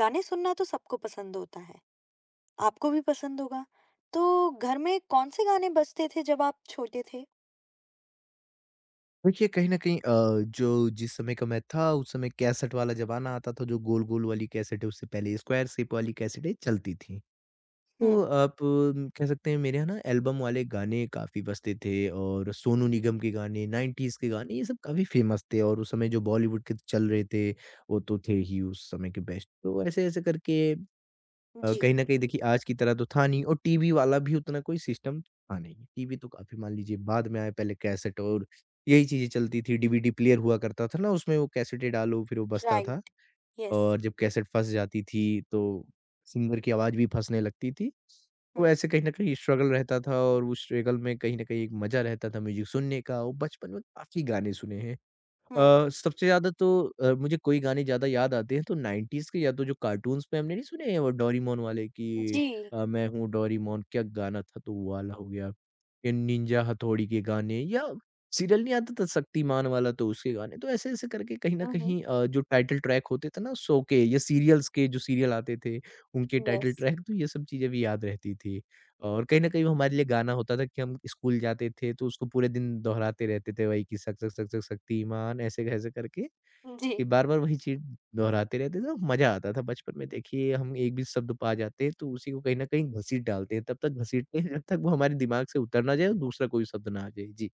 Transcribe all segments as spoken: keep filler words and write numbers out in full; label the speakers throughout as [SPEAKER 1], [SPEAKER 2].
[SPEAKER 1] गाने सुनना तो सबको पसंद होता है, आपको भी पसंद होगा। तो घर में कौन से गाने बजते थे जब आप छोटे थे?
[SPEAKER 2] देखिए, कहीं न कहीं अ, जो जिस समय का मैं था, उस समय कैसेट वाला ज़माना आता था। जो गोल-गोल वाली कैसेट है, उससे पहले स्क्वायर शेप वाली कैसेटें चलती थीं। तो
[SPEAKER 1] हुँ।
[SPEAKER 2] आप अम, कह सकते हैं मेरे यहाँ ना एल्बम वाले गाने काफ़ी बजते थे, और सोनू निगम के गाने, नाइनटीज़ के गाने, ये सब काफ़ी फ़ेमस थे। और उस समय जो बॉलीवुड के चल रहे थे, वो तो थे ही उस समय के बेस्ट। तो ऐसे-ऐसे करके अ,
[SPEAKER 1] जी।
[SPEAKER 2] कहीं न कहीं देखिए, आज की तरह तो था नहीं, और टीवी वाला भी उतना कोई सिस्टम था नहीं। टीवी तो काफ़ी मान लीजिए बाद में आया, पहले कैसेट और यही चीज़ें चलती थी। डीवीडी प्लेयर हुआ करता था ना, उसमें वो कैसेटें डालो, फिर वो बजता था।
[SPEAKER 1] राइट। यस।
[SPEAKER 2] और जब कैसेट फँस जाती थी, तो सिंगर की आवाज़ भी फँसने लगती थी। तो
[SPEAKER 1] हुँ,
[SPEAKER 2] ऐसे कहीं न कहीं स्ट्रगल रहता था, और उस स्ट्रगल में कहीं न कहीं एक मज़ा रहता था म्यूज़िक सुनने का, और बचपन में काफ़ी गाने सुने हैं।
[SPEAKER 1] हुँ।
[SPEAKER 2] अ, सबसे ज़्यादा तो अ, मुझे कोई गाने ज़्यादा याद आते हैं तो नाइनटीज़ के, या तो जो कार्टून्स पे हमने नहीं सुने हैं, वो डोरेमोन वाले कि
[SPEAKER 1] जी।
[SPEAKER 2] अ, मैं हूँ डोरेमोन, क्या गाना था, तो वो वाला हो गया। ये निंजा हथौड़ी के गाने, या सीरियल नहीं आता था शक्तिमान वाला, तो उसके गाने। तो ऐसे-ऐसे करके कहीं न
[SPEAKER 1] उहुँ।
[SPEAKER 2] कहीं अ, जो टाइटल ट्रैक होते थे ना शो के या सीरियल्स के, जो सीरियल आते थे उनके टाइटल
[SPEAKER 1] यस।
[SPEAKER 2] ट्रैक, तो ये सब चीज़ें भी याद रहती थी। और कहीं न कहीं वो हमारे लिए गाना होता था कि हम स्कूल जाते थे, तो उसको पूरे दिन दोहराते रहते थे, वही कि शक शक शक शक शक्तिमान, ऐसे-ऐसे करके
[SPEAKER 1] जी,
[SPEAKER 2] कि बार-बार वही चीज़ दोहराते रहते थे, और मज़ा आता था। बचपन में देखिए, हम एक भी शब्द पा जाते हैं, तो उसी को कहीं न कहीं घसीट डालते हैं, तब तक घसीटते हैं जब तक वो हमारे दिमाग से उतर ना जाए और दूसरा कोई शब्द ना आ जाए। जी।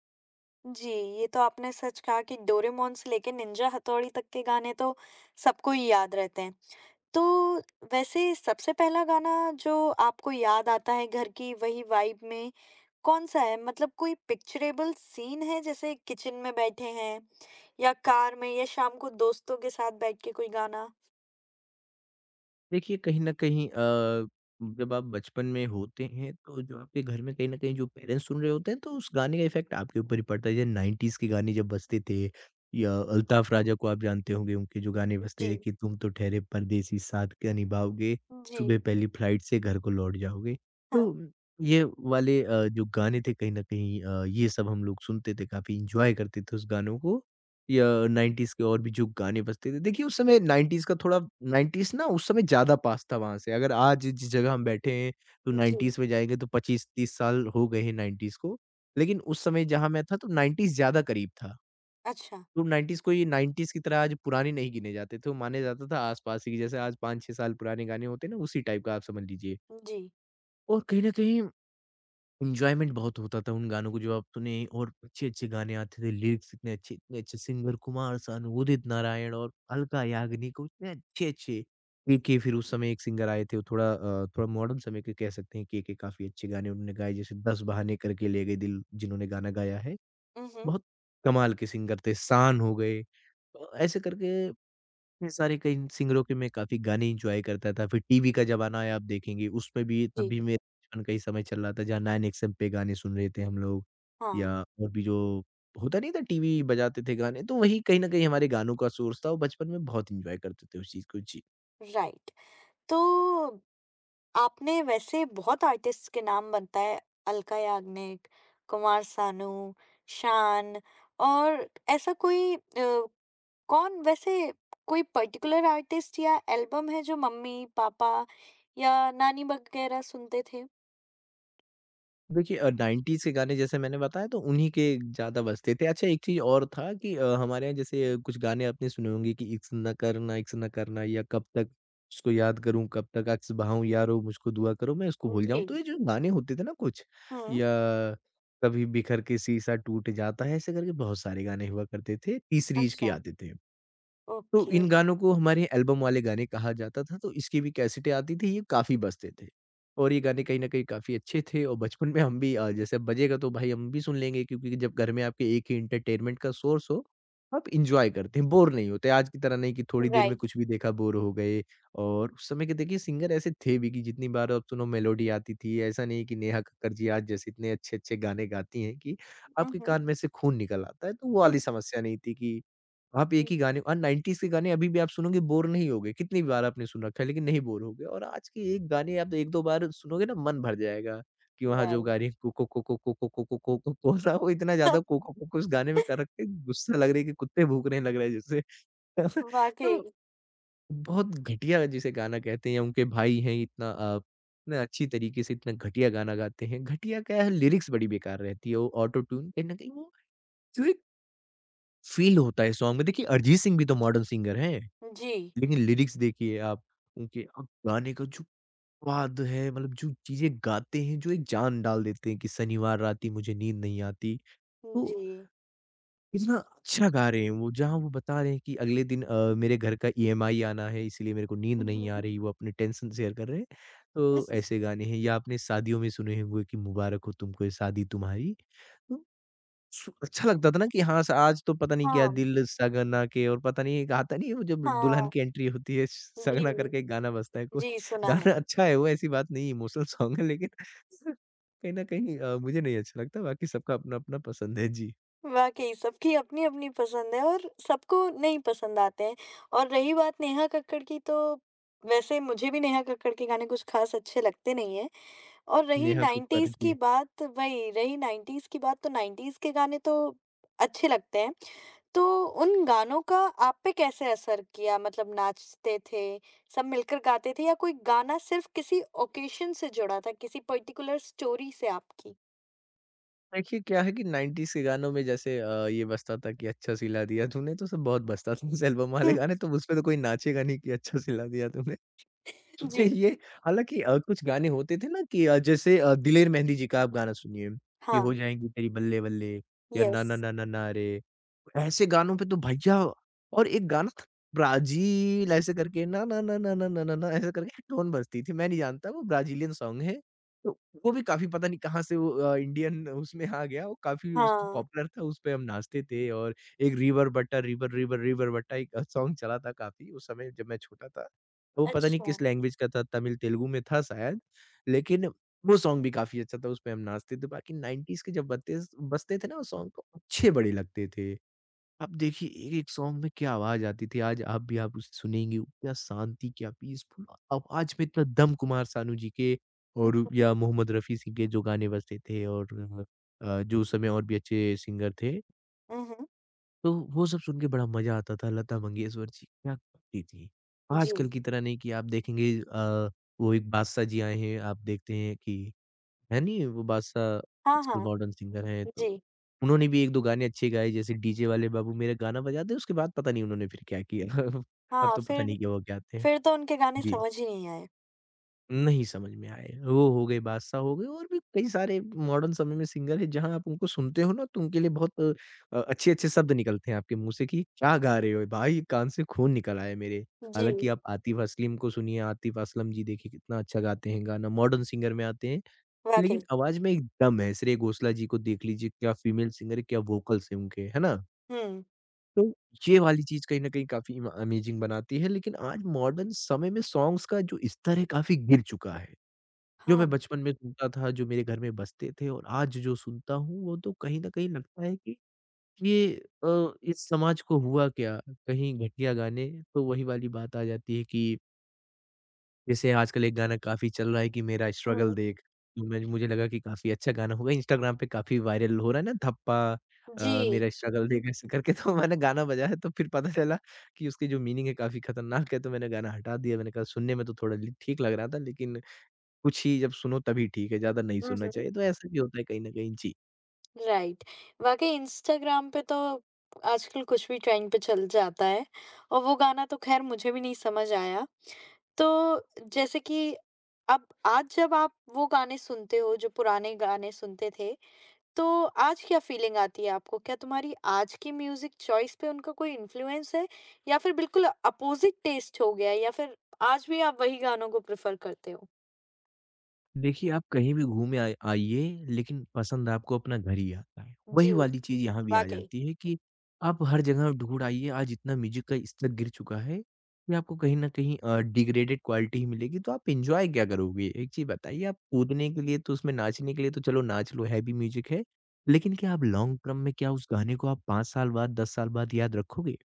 [SPEAKER 1] जी, ये तो आपने सच कहा कि डोरेमोन से लेके निंजा हथौड़ी तक के गाने तो सबको ही याद रहते हैं। तो वैसे सबसे पहला गाना जो आपको याद आता है घर की वही वाइब में, कौन-सा है? मतलब कोई पिक्चरेबल सीन है जैसे किचन में बैठे हैं या कार में या शाम को दोस्तों के साथ बैठ के कोई गाना।
[SPEAKER 2] देखिए, कहीं न कहीं अ, जब आप बचपन में होते हैं, तो जो आपके घर में कहीं न कहीं जो पेरेंट्स सुन रहे होते हैं, तो उस गाने का इफ़ेक्ट आपके ऊपर ही पड़ता है। जैसे नाइनटीज़ के गाने जब बजते थे, या अल्ताफ राजा को आप जानते होंगे, उनके जो गाने बजते थे
[SPEAKER 1] जी।
[SPEAKER 2] कि तुम तो ठहरे परदेसी, साथ क्या निभाओगे, सुबह
[SPEAKER 1] जी।
[SPEAKER 2] पहली फ्लाइट से घर को लौट जाओगे।
[SPEAKER 1] हाँ।
[SPEAKER 2] तो ये वाले अ, जो गाने थे, कहीं न कहीं अ, ये सब हम लोग सुनते थे, काफ़ी एन्जॉय करते थे उस गानों को। या नाइनटीज़ के और भी जो गाने बजते थे। देखिए, उस समय नाइनटीज़ का थोड़ा नाइनटीज़ ना उस समय ज़्यादा पास था वहाँ से। अगर आज जिस जगह हम बैठे हैं, तो
[SPEAKER 1] जी।
[SPEAKER 2] नाइनटीज़ में जाएँगे तो पच्चीस तीस साल हो गए हैं नाइनटीज़ को। लेकिन उस समय जहाँ मैं था, तो नाइनटीज़ ज़्यादा करीब था।
[SPEAKER 1] अच्छा।
[SPEAKER 2] तो नाइनटीज़ को ये नाइनटीज़ की तरह आज पुराने नहीं गिने जाते थे, वो माना जाता था आस-पास ही, जैसे आज पाँच छह साल पुराने गाने होते हैं ना, उसी टाइप का आप समझ लीजिए।
[SPEAKER 1] जी।
[SPEAKER 2] और कहीं न कहीं एन्जॉयमेंट बहुत होता था उन गानों को जो आप सुने, और अच्छे-अच्छे गाने आते थे, लिरिक्स इतने अच्छे, इतने अच्छे सिंगर, कुमार सानू, उदित नारायण और अलका याग्निक, इतने अच्छे-अच्छे। केके, फिर उस समय एक सिंगर आए थे, वो थोड़ा अ, थोड़ा मॉडर्न समय के कह सकते हैं, केके काफ़ी अच्छे गाने उन्होंने गाए, जैसे दस बहाने करके ले गए दिल जिन्होंने गाना गाया है,
[SPEAKER 1] उहुँ।
[SPEAKER 2] बहुत कमाल के सिंगर थे। शान हो गए। अ, ऐसे करके इतने सारे कई सिंगरों के मैं काफ़ी गाने एन्जॉय करता था। फिर टीवी का ज़माना आया, आप देखेंगे उसमें भी, तब
[SPEAKER 1] जी।
[SPEAKER 2] भी मेरा बचपन का ही समय चल रहा था, जहाँ नाइन एक्सएम पे गाने सुन रहे थे हम लोग,
[SPEAKER 1] हाँ।
[SPEAKER 2] या और भी जो होता नहीं था, टीवी बजाते थे गाने, तो वही कहीं न कहीं हमारे गानों का सोर्स था, और बचपन में बहुत एन्जॉय करते थे उस चीज़ को। जी।
[SPEAKER 1] राइट। तो आपने वैसे बहुत आर्टिस्ट्स के नाम बताए, अलका याग्निक, कुमार सानू, शान और ऐसा कोई अ, कौन वैसे कोई पर्टिकुलर आर्टिस्ट या एल्बम है जो मम्मी-पापा या नानी वगैरह सुनते थे?
[SPEAKER 2] देखिए, अ, नाइनटीज़ के गाने जैसे मैंने बताया, तो उन्हीं के ज़्यादा बजते थे। अच्छा, एक चीज़ और था कि अ, हमारे यहाँ जैसे कुछ गाने आपने सुने होंगे कि इश्क ना करना, इश्क ना करना, या कब तक उसको याद करूँ, कब तक अक्स बहाऊँ, यारो मुझको दुआ करो मैं उसको भूल जाऊँ।
[SPEAKER 1] जी।
[SPEAKER 2] तो ये जो गाने होते थे ना, कुछ
[SPEAKER 1] हुँ।
[SPEAKER 2] या कभी बिखर के शीशा टूट जाता है, ऐसे करके बहुत सारे गाने हुआ करते थे, तीसरीज के
[SPEAKER 1] अच्छा।
[SPEAKER 2] आते थे। तो
[SPEAKER 1] ओके।
[SPEAKER 2] इन गानों को हमारे एल्बम वाले गाने कहा जाता था, तो इसकी भी कैसेटें आती थी, ये काफ़ी बजते थे। और ये गाने कहीं न कहीं काफ़ी अच्छे थे, और बचपन में हम भी अ, जैसे अब बजेगा तो भाई हम भी सुन लेंगे, क्योंकि जब घर में आपके एक ही एंटरटेनमेंट का सोर्स हो, आप एन्जॉय करते हैं, बोर नहीं होते। आज की तरह नहीं कि थोड़ी देर में
[SPEAKER 1] राइट।
[SPEAKER 2] कुछ भी देखा बोर हो गए। और उस समय के देखिए सिंगर ऐसे थे भी कि जितनी बार आप सुनो मेलोडी आती थी, ऐसा नहीं कि नेहा कक्कड़ जी आज जैसे इतने अच्छे-अच्छे गाने गाती हैं कि
[SPEAKER 1] हुँ,
[SPEAKER 2] आपके
[SPEAKER 1] हुँ।
[SPEAKER 2] कान में से खून निकल आता है, तो वो वाली समस्या नहीं थी कि आप एक ही गाने, और नाइनटीज़ के गाने अभी भी आप सुनोगे बोर नहीं होगे, कितनी बार आपने सुन रखा है लेकिन नहीं बोर होगे, और आज के एक गाने आप एक दो बार सुनोगे ना मन भर जाएगा। कि वहाँ जो
[SPEAKER 1] राइट।
[SPEAKER 2] गा रही है, कुकु कुकु कुकु कुकु कुकु को ना, वो इतना ज़्यादा कुकु कुकु इस गाने में कर रखे, गुस्सा लग रहा है कि कुत्ते भूक रहे हैं लग रहा है जैसे।
[SPEAKER 1] वाक़ई।
[SPEAKER 2] तो बहुत घटिया जिसे गाना कहते हैं, या उनके भाई हैं इतना अ, इतना अच्छी तरीके से इतना घटिया गाना गाते हैं, घटिया क्या है, लिरिक्स बड़ी बेकार रहती है, वो ऑटो ट्यून कहीं न कहीं, वो जो एक फ़ील होता है सॉन्ग में, देखिए अरिजीत सिंह भी तो मॉडर्न सिंगर हैं।
[SPEAKER 1] जी।
[SPEAKER 2] लेकिन लिरिक्स देखिए आप, उनके अब गाने का जो स्वाद है, मतलब जो चीज़ें गाते हैं, जो एक जान डाल देते हैं कि शनिवार रात ही मुझे नींद नहीं आती। तो
[SPEAKER 1] जी।
[SPEAKER 2] कितना अच्छा गा रहे हैं वो, जहाँ वो बता रहे हैं कि अगले दिन अ, मेरे घर का ईएमआई आना है, इसलिए मेरे को नींद नहीं आ
[SPEAKER 1] हुँ।
[SPEAKER 2] रही, वो अपनी टेंशन शेयर कर रहे हैं। तो ऐसे गाने हैं, या आपने शादियों में सुने होंगे कि मुबारक हो तुमको ये शादी तुम्हारी। तो सु अच्छा लगता था ना कि हाँ, स आज तो पता नहीं क्या
[SPEAKER 1] हाँ,
[SPEAKER 2] दिल सगना के, और पता नहीं, एक आता नहीं है वो, जब दुल्हन
[SPEAKER 1] हाँ।
[SPEAKER 2] की एंट्री होती है,
[SPEAKER 1] जी,
[SPEAKER 2] सगना करके एक गाना बजता है कोई,
[SPEAKER 1] जी, सुना है।
[SPEAKER 2] गाना अच्छा है वो ऐसी बात नहीं है, इमोशनल सॉन्ग है, लेकिन कहीं न कहीं अ, मुझे नहीं अच्छा लगता, बाकी सबका अपना-अपना पसंद है। जी,
[SPEAKER 1] वाक़ई सबकी अपनी-अपनी पसंद है और सबको नहीं पसंद आते हैं, और रही बात नेहा कक्कड़ की, तो वैसे मुझे भी नेहा कक्कड़ के गाने कुछ ख़ास अच्छे लगते नहीं हैं, और रही
[SPEAKER 2] नेहा कक्कड़
[SPEAKER 1] नाइंटीज़ की
[SPEAKER 2] जी।
[SPEAKER 1] बात, वही रही नाइंटीज़ की बात, तो नाइंटीज़ के गाने तो अच्छे लगते हैं। तो उन गानों का आप पे कैसे असर किया? मतलब नाचते थे, सब मिलकर गाते थे, या कोई गाना सिर्फ़ किसी ऑकेशन से जुड़ा था, किसी पर्टिकुलर स्टोरी से आपकी?
[SPEAKER 2] देखिए क्या है कि नाइनटीज़ के गानों में जैसे अ, ये बजता था कि अच्छा सिला दिया तूने, तो सब बहुत बजता था, उस एल्बम वाले गाने तो उसपे तो कोई नाचेगा नहीं कि अच्छा सिला दिया तूने।
[SPEAKER 1] जी।
[SPEAKER 2] ये हालाँकि अ, कुछ गाने होते थे ना कि अ, जैसे अ, दिलेर मेहंदी जी का आप गाना सुनिए, कि हो
[SPEAKER 1] हाँ।
[SPEAKER 2] जाएँगी तेरी बल्ले-बल्ले, या ना
[SPEAKER 1] यस।
[SPEAKER 2] ना ना ना ना रे। ऐसे गानों पे तो भैया, और एक गाना था ब्राज़ील, ऐसे करके ना ना ना ना ना ना ना ना ऐसे करके टोन बजती थी। मैं नहीं जानता वो ब्राज़ीलियन सॉन्ग है। तो वो भी काफ़ी पता नहीं कहाँ से वो अ, इंडियन उसमें आ गया, वो काफ़ी उसको
[SPEAKER 1] हाँ।
[SPEAKER 2] पॉपुलर था, उस पे हम नाचते थे। और एक रिवर बट्टा रिवर रिवर रिवर बट्टा, एक अ, सॉन्ग चला था काफ़ी उस समय जब मैं छोटा था। तो वो पता नहीं
[SPEAKER 1] अच्छा।
[SPEAKER 2] किस लैंग्वेज का था, तमिल तेलुगु में था शायद। लेकिन वो सॉन्ग भी काफ़ी अच्छा था, उस पे हम नाचते थे। बाकी नाइनटीज़ के जब बत्ते बजते थे ना, वो सॉन्ग तो अच्छे बड़े लगते थे। अब देखिए एक-एक सॉन्ग में क्या आवाज़ आती थी, आज आप भी आप उसे सुनेंगे, क्या शांति, क्या पीसफुल आवाज़ में इतना दम कुमार सानू जी के,
[SPEAKER 1] हुँ,
[SPEAKER 2] और
[SPEAKER 1] हुँ।
[SPEAKER 2] या मोहम्मद रफ़ी सिंह के जो गाने बजते थे, और अ, जो उस समय और भी अच्छे सिंगर थे,
[SPEAKER 1] हुँ, हुँ।
[SPEAKER 2] तो वो सब सुन के बड़ा मज़ा आता था। लता मंगेशकर जी क्या करती थी। आजकल
[SPEAKER 1] जी।
[SPEAKER 2] की तरह नहीं कि आप देखेंगे अ, वो एक बादशाह जी आए हैं, आप देखते हैं कि है नहीं, वो बादशाह
[SPEAKER 1] हाँ,
[SPEAKER 2] आजकल
[SPEAKER 1] हाँ,
[SPEAKER 2] मॉडर्न सिंगर हैं, तो
[SPEAKER 1] जी,
[SPEAKER 2] उन्होंने भी एक दो गाने अच्छे गाए, जैसे डीजे वाले बाबू मेरा गाना बजा दे, उसके बाद पता नहीं उन्होंने फिर क्या किया। अब
[SPEAKER 1] हाँ,
[SPEAKER 2] तो पता
[SPEAKER 1] फिर
[SPEAKER 2] नहीं कि वो क्या थे।
[SPEAKER 1] फिर तो उनके गाने
[SPEAKER 2] जी,
[SPEAKER 1] समझ ही नहीं आए।
[SPEAKER 2] नहीं समझ में आए। वो हो गए, बादशाह हो गए, और भी कई सारे मॉडर्न समय में सिंगर हैं, जहाँ आप उनको सुनते हो ना, तो उनके लिए बहुत अ, अच्छे-अच्छे शब्द निकलते हैं आपके मुँह से कि क्या गा रहे हो भाई, कान से खून निकल आया मेरे। हालाँकि
[SPEAKER 1] जी।
[SPEAKER 2] आप आतिफ़ असलम को सुनिए, आतिफ़ असलम जी देखिए कितना अच्छा गाते हैं गाना, मॉडर्न सिंगर में आते हैं।
[SPEAKER 1] वाक़ई।
[SPEAKER 2] लेकिन आवाज़ में एक दम है, श्रेय घोषाल जी को देख लीजिए क्या फीमेल सिंगर है, क्या वोकल्स हैं उनके, है ना?
[SPEAKER 1] हुँ।
[SPEAKER 2] तो ये वाली चीज़ कहीं न कहीं काफ़ी इम अमेज़िंग बनाती है लेकिन आज मॉडर्न समय में सॉन्ग्स का जो स्तर है काफ़ी गिर चुका है। जो मैं
[SPEAKER 1] हाँ।
[SPEAKER 2] बचपन में सुनता था, जो मेरे घर में बजते थे और आज जो सुनता हूँ वो तो कहीं न कहीं लगता है कि ये अ, इस समाज को हुआ क्या? कहीं घटिया गाने, तो वही वाली बात आ जाती है कि जैसे आजकल एक गाना काफ़ी चल रहा है कि मेरा स्ट्रगल
[SPEAKER 1] हुँ।
[SPEAKER 2] देख, तो मैं मुझे लगा कि काफ़ी अच्छा गाना होगा, इंस्टाग्राम पे काफ़ी वायरल हो रहा है ना धप्पा अ,
[SPEAKER 1] जी।
[SPEAKER 2] मेरा स्ट्रगल देख ऐसे करके तो मैंने गाना बजाया तो फिर पता चला कि उसकी जो मीनिंग है काफ़ी खतरनाक है, तो मैंने गाना हटा दिया, मैंने कहा सुनने में तो थोड़ा ल ठीक लग रहा था लेकिन कुछ ही जब सुनो तभी ठीक है, ज़्यादा नहीं
[SPEAKER 1] हुँ,
[SPEAKER 2] सुनना
[SPEAKER 1] हुँ।
[SPEAKER 2] चाहिए, तो ऐसा भी होता है कहीं न कहीं। जी।
[SPEAKER 1] राइट। वाकई इंस्टाग्राम पे तो आजकल कुछ भी ट्रेंड पे चल जाता है, और वो गाना तो खैर मुझे भी नहीं समझ आया। तो जैसे कि अब आज जब आप वो गाने सुनते हो जो पुराने गाने सुनते थे, तो आज क्या फीलिंग आती है आपको? क्या तुम्हारी आज की म्यूजिक चॉइस पे उनका कोई इन्फ्लुएंस है, या फिर बिल्कुल अपोजिट टेस्ट हो गया है, या फिर आज भी आप वही गानों को प्रेफर करते हो?
[SPEAKER 2] देखिए, आप कहीं भी घूमे आए आइए, लेकिन पसंद आपको अपना घर ही आता है। वही
[SPEAKER 1] जी।
[SPEAKER 2] वाली चीज़ यहाँ भी आ
[SPEAKER 1] वाकई।
[SPEAKER 2] जाती है कि आप हर जगह ढूँढ आइए, आज इतना म्यूज़िक का स्तर गिर चुका है कि आपको कहीं न कहीं अ, डिग्रेडेड क्वालिटी ही मिलेगी, तो आप एन्जॉय क्या करोगे? एक चीज़ बताइए, आप कूदने के लिए तो उसमें नाचने के लिए तो चलो नाच लो, हैवी म्यूज़िक है, लेकिन क्या आप लॉन्ग टर्म में क्या उस गाने को आप पाँच साल बाद, दस साल बाद याद रखोगे?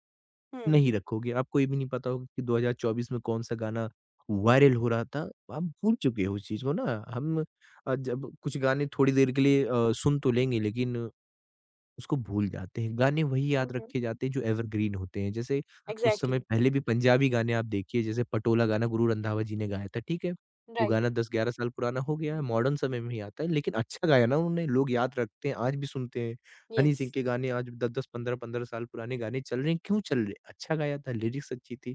[SPEAKER 1] हम्म।
[SPEAKER 2] नहीं रखोगे, आपको ये भी नहीं पता होगा कि दो हज़ार चौबीस में कौन-सा गाना वायरल हो रहा था, आप भूल चुके हो उस चीज़ को ना। हम अ, जब कुछ गाने थोड़ी देर के लिए अ, सुन तो लेंगे लेकिन उसको भूल जाते हैं। गाने वही याद
[SPEAKER 1] हम्म।
[SPEAKER 2] रखे जाते हैं जो एवरग्रीन होते हैं। जैसे कुछ समय
[SPEAKER 1] एग्जैक्टली।
[SPEAKER 2] पहले भी पंजाबी गाने आप देखिए जैसे पटोला गाना गुरु रंधावा जी ने गाया था, ठीक है? वो
[SPEAKER 1] राइट।
[SPEAKER 2] गाना दस ग्यारह साल पुराना हो गया है, मॉडर्न समय में ही आता है लेकिन अच्छा गाया ना उन्होंने, लोग याद रखते हैं, आज भी सुनते हैं। हनी
[SPEAKER 1] यस।
[SPEAKER 2] सिंह के गाने आज दस दस, पंद्रह पंद्रह साल पुराने गाने चल रहे हैं, क्यों चल रहे हैं? अच्छा गाया था, लिरिक्स अच्छी थी।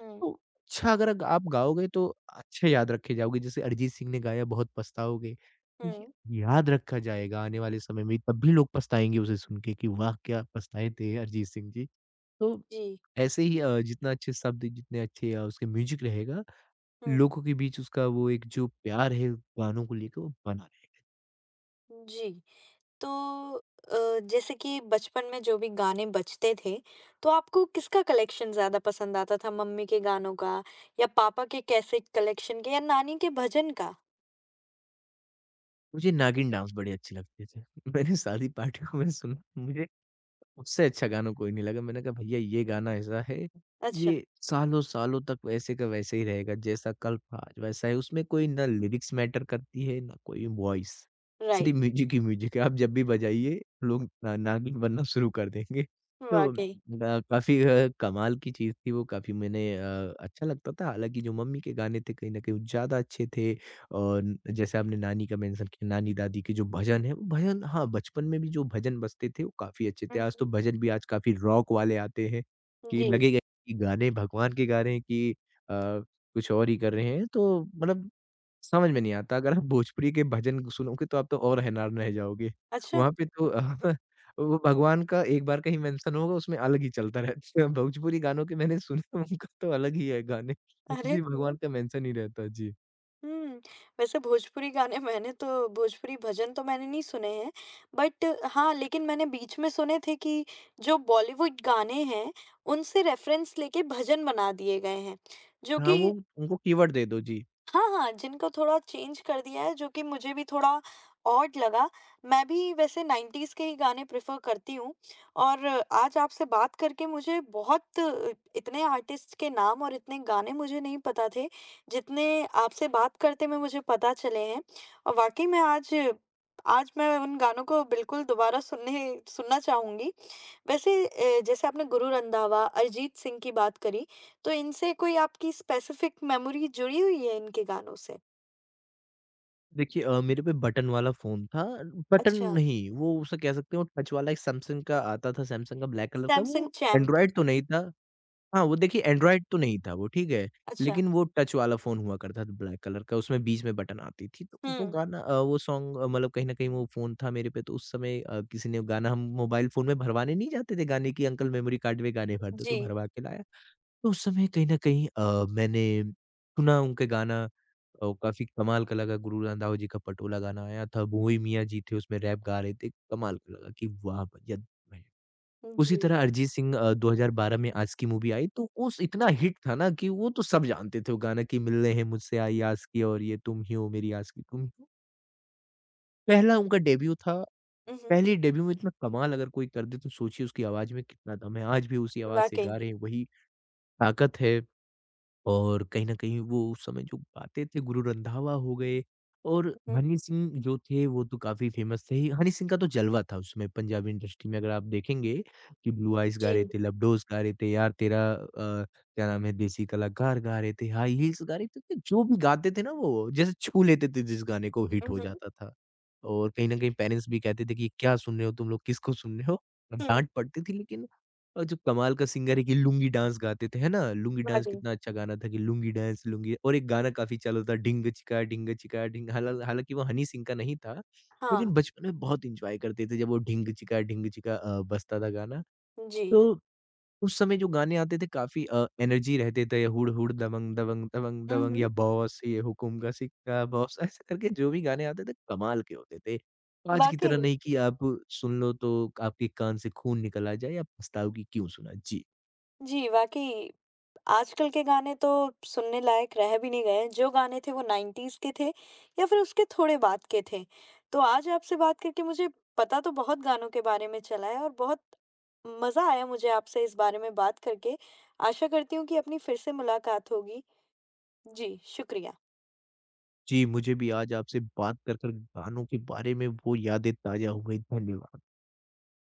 [SPEAKER 1] हम्म।
[SPEAKER 2] अच्छा अगर अग आप गाओगे तो अच्छे याद रखे जाओगे, जैसे अरिजीत सिंह ने गाया बहुत पछताओगे, तो ये
[SPEAKER 1] हम्म।
[SPEAKER 2] याद रखा जाएगा आने वाले समय में, तब भी लोग पछताएँगे उसे सुन के कि वाह! क्या पछताए थे अरिजीत सिंह जी। तो
[SPEAKER 1] जी।
[SPEAKER 2] ऐसे ही अ, जितना अच्छे शब्द, जितने अच्छे अ, उसके म्यूज़िक रहेगा,
[SPEAKER 1] हुँ।
[SPEAKER 2] लोगों के बीच उसका वो एक जो प्यार है गानों को लेके वो बना रहे।
[SPEAKER 1] जी। तो अ, जैसे कि बचपन में जो भी गाने बजते थे, तो आपको किसका कलेक्शन ज़्यादा पसंद आता था? मम्मी के गानों का या पापा के कैसेट कलेक्शन के या नानी के भजन का?
[SPEAKER 2] मुझे नागिन डांस बड़े अच्छे लगते थे। मैंने शादी पार्टियों में सुना मुझे उससे अच्छा गाना कोई नहीं लगा। मैंने कहा भैया ये गाना ऐसा है,
[SPEAKER 1] अच्छा।
[SPEAKER 2] ये सालों-सालों तक वैसे का वैसे ही रहेगा, जैसा कल था आज वैसा है। उसमें कोई ना लिरिक्स मैटर करती है, ना कोई वॉइस।
[SPEAKER 1] राइट।
[SPEAKER 2] सिर्फ म्यूज़िक ही म्यूज़िक है। आप जब भी बजाइए लोग ना नागिन बनना शुरू कर देंगे। तो
[SPEAKER 1] वाक़ई।
[SPEAKER 2] अ, काफ़ी अ, कमाल की चीज़ थी वो, काफ़ी मैंने अ, अच्छा लगता था। हालाँकि जो मम्मी के गाने थे कहीं न कहीं वो ज़्यादा अच्छे थे। और जैसे आपने नानी का मेंशन किया, नानी-दादी के जो भजन हैं, वो भजन हाँ, बचपन में भी जो भजन बजते थे, वो काफ़ी अच्छे थे।
[SPEAKER 1] हुँ,
[SPEAKER 2] आज तो
[SPEAKER 1] हुँ।
[SPEAKER 2] भजन भी आज काफ़ी रॉक वाले आते हैं कि
[SPEAKER 1] जी।
[SPEAKER 2] लगेगा कि गाने भगवान के गा रहे हैं कि अ, कुछ और ही कर रहे हैं, तो मतलब समझ में नहीं आता। अगर आप भोजपुरी के भजन सुनोगे, तो आप तो और हैरान रह जाओगे।
[SPEAKER 1] अच्छा।
[SPEAKER 2] वहाँ पे तो वो भगवान का एक बार का ही मेंशन होगा, उसमें अलग ही चलता रहता है। भोजपुरी गानों के मैंने सुने, उनका तो अलग ही है गाने। जी,
[SPEAKER 1] अरे!
[SPEAKER 2] भगवान का मेंशन ही रहता है। जी।
[SPEAKER 1] हुँ। वैसे भोजपुरी गाने मैंने तो भोजपुरी भजन तो मैंने नहीं सुने हैं, बट हाँ, लेकिन मैंने बीच में सुने थे कि जो बॉलीवुड गाने हैं, उनसे रेफ़रेंस लेके भजन बना दिए गए हैं, जो
[SPEAKER 2] हाँ,
[SPEAKER 1] कि
[SPEAKER 2] वो उनको कीवर्ड दे दो, जी।
[SPEAKER 1] हाँ, हाँ, जिनको थोड़ा चेंज कर दिया है, जो कि मुझे भी थोड़ा ऑड लगा। मैं भी वैसे नाइंटीज़ के ही गाने प्रेफ़र करती हूँ, और आज आपसे बात करके मुझे बहुत अ, इतने आर्टिस्ट के नाम और इतने गाने मुझे नहीं पता थे, जितने आपसे बात करते में मुझे पता चले हैं। और वाक़ई में आज आज मैं उन गानों को बिल्कुल दोबारा सुनने सुनना चाहूँगी। वैसे अ, जैसे आपने गुरु रंधावा, अरिजीत सिंह की बात करी, तो इनसे कोई आपकी स्पेसिफिक मेमोरी जुड़ी हुई है इनके गानों से?
[SPEAKER 2] देखिए अ, मेरे पे बटन वाला फ़ोन था, बटन
[SPEAKER 1] अच्छा।
[SPEAKER 2] नहीं, वो उसे कह सकते हो टच वाला एक सैमसंग का आता था, सैमसंग का ब्लैक कलर का, वो
[SPEAKER 1] सैमसंग चैंप।
[SPEAKER 2] एंड्रॉयड तो नहीं था। हाँ, वो देखिए एंड्रॉयड तो नहीं था वो, ठीक है?
[SPEAKER 1] अच्छा।
[SPEAKER 2] लेकिन वो टच वाला फ़ोन हुआ करता था ब्लैक कलर का, उसमें बीच में बटन आती थी। तो वो
[SPEAKER 1] हुँ।
[SPEAKER 2] गाना अ, वो सॉन्ग अ, मतलब कहीं न कहीं वो फ़ोन था मेरे पे, तो उस समय अ, किसी ने गाना हम मोबाइल फ़ोन में भरवाने नहीं जाते थे गाने कि, "अंकल मेमोरी कार्ड में गाने भर दो।" तो
[SPEAKER 1] जी।
[SPEAKER 2] भरवा के लाया। तो उस समय कहीं न कहीं अ, मैंने सुना उनका गाना और काफ़ी कमाल का लगा गुरु रंधावा जी का पटोला गाना आया था, भोई मियाँ जी थे उसमें रैप गा रहे थे, कमाल का लगा कि वाह भैया वाह! उसी
[SPEAKER 1] जी।
[SPEAKER 2] तरह अरिजीत सिंह अ, दो हज़ार बारह में आज की मूवी आई तो उस इतना
[SPEAKER 1] हुँ।
[SPEAKER 2] हिट था ना कि वो तो सब जानते थे वो गाना कि मिलने हैं मुझसे आई आस की और ये तुम ही हो मेरी आस की तुम ही हो। पहला उनका डेब्यू था,
[SPEAKER 1] उहुँ।
[SPEAKER 2] पहले डेब्यू में इतना कमाल अगर कोई कर दे तो सोचिए उसकी आवाज़ में कितना दम है। आज भी उसी आवाज़ से
[SPEAKER 1] वाक़ई।
[SPEAKER 2] गा रहे हैं, वही ताकत है। और कहीं न कहीं वो उस समय जो गाते थे गुरु रंधावा हो गए और
[SPEAKER 1] हुँ।
[SPEAKER 2] हनी सिंह जो थे वो तो काफ़ी फ़ेमस थे ही। हनी सिंह का तो जलवा था उस समय पंजाबी इंडस्ट्री में अगर आप देखेंगे कि ब्लू आइज़ गा रहे
[SPEAKER 1] जी।
[SPEAKER 2] थे, लबडोज़ गा रहे थे, यार तेरा अ, क्या नाम है देसी कलाकार गा रहे थे, हाई हील्स गा रहे थे, तो जो भी गाते थे ना वो जैसे छू लेते थे जिस गाने को हिट हो
[SPEAKER 1] उहुँ।
[SPEAKER 2] जाता था। और कहीं न कहीं पेरेंट्स भी कहते थे कि क्या सुन रहे हो तुम लोग, किसको सुन रहे हो?
[SPEAKER 1] हुँ।
[SPEAKER 2] डाँट पड़ती थी लेकिन और जो कमाल का सिंगर है कि लुंगी डांस गाते थे, है ना? लुंगी डांस
[SPEAKER 1] वाक़ई।
[SPEAKER 2] कितना अच्छा गाना था कि लुंगी डांस लुंगी और एक गाना काफ़ी चालू था ढिंग छिका ढिंग छिका ढिंग हालाल हालाँकि वो हनी सिंह का नहीं था, लेकिन
[SPEAKER 1] हाँ।
[SPEAKER 2] बचपन में बहुत एन्जॉय करते थे जब वो ढिंग छिका ढिंग छिका अ, बजता था गाना।
[SPEAKER 1] जी।
[SPEAKER 2] तो उस समय जो गाने आते थे काफ़ी अ, एनर्जी रहते थे हुड़ हुड़ दबंग दबंग दबंग दबंग
[SPEAKER 1] उहुँ।
[SPEAKER 2] या बॉस ये हुकुम का सिक्का बॉस ऐसे करके जो भी गाने आते थे कमाल के होते थे। आज की
[SPEAKER 1] वाक़ई।
[SPEAKER 2] तरह नहीं कि आप सुन लो तो आपके कान से खून निकल आ जाए या पछताओ कि क्यों सुना? जी।
[SPEAKER 1] जी। वाक़ई आजकल के गाने तो सुनने लायक रह भी नहीं गए। जो गाने थे वो नाइंटीज़ के थे या फिर उसके थोड़े बाद के थे। तो आज आपसे बात करके मुझे पता तो बहुत गानों के बारे में चला है, और बहुत मज़ा आया मुझे आपसे इस बारे में बात करके। आशा करती हूँ कि अपनी फिर से मुलाकात होगी। जी, शुक्रिया।
[SPEAKER 2] जी, मुझे भी आज आपसे बात कर, कर गानों के बारे में वो यादें ताज़ा हो गई। धन्यवाद।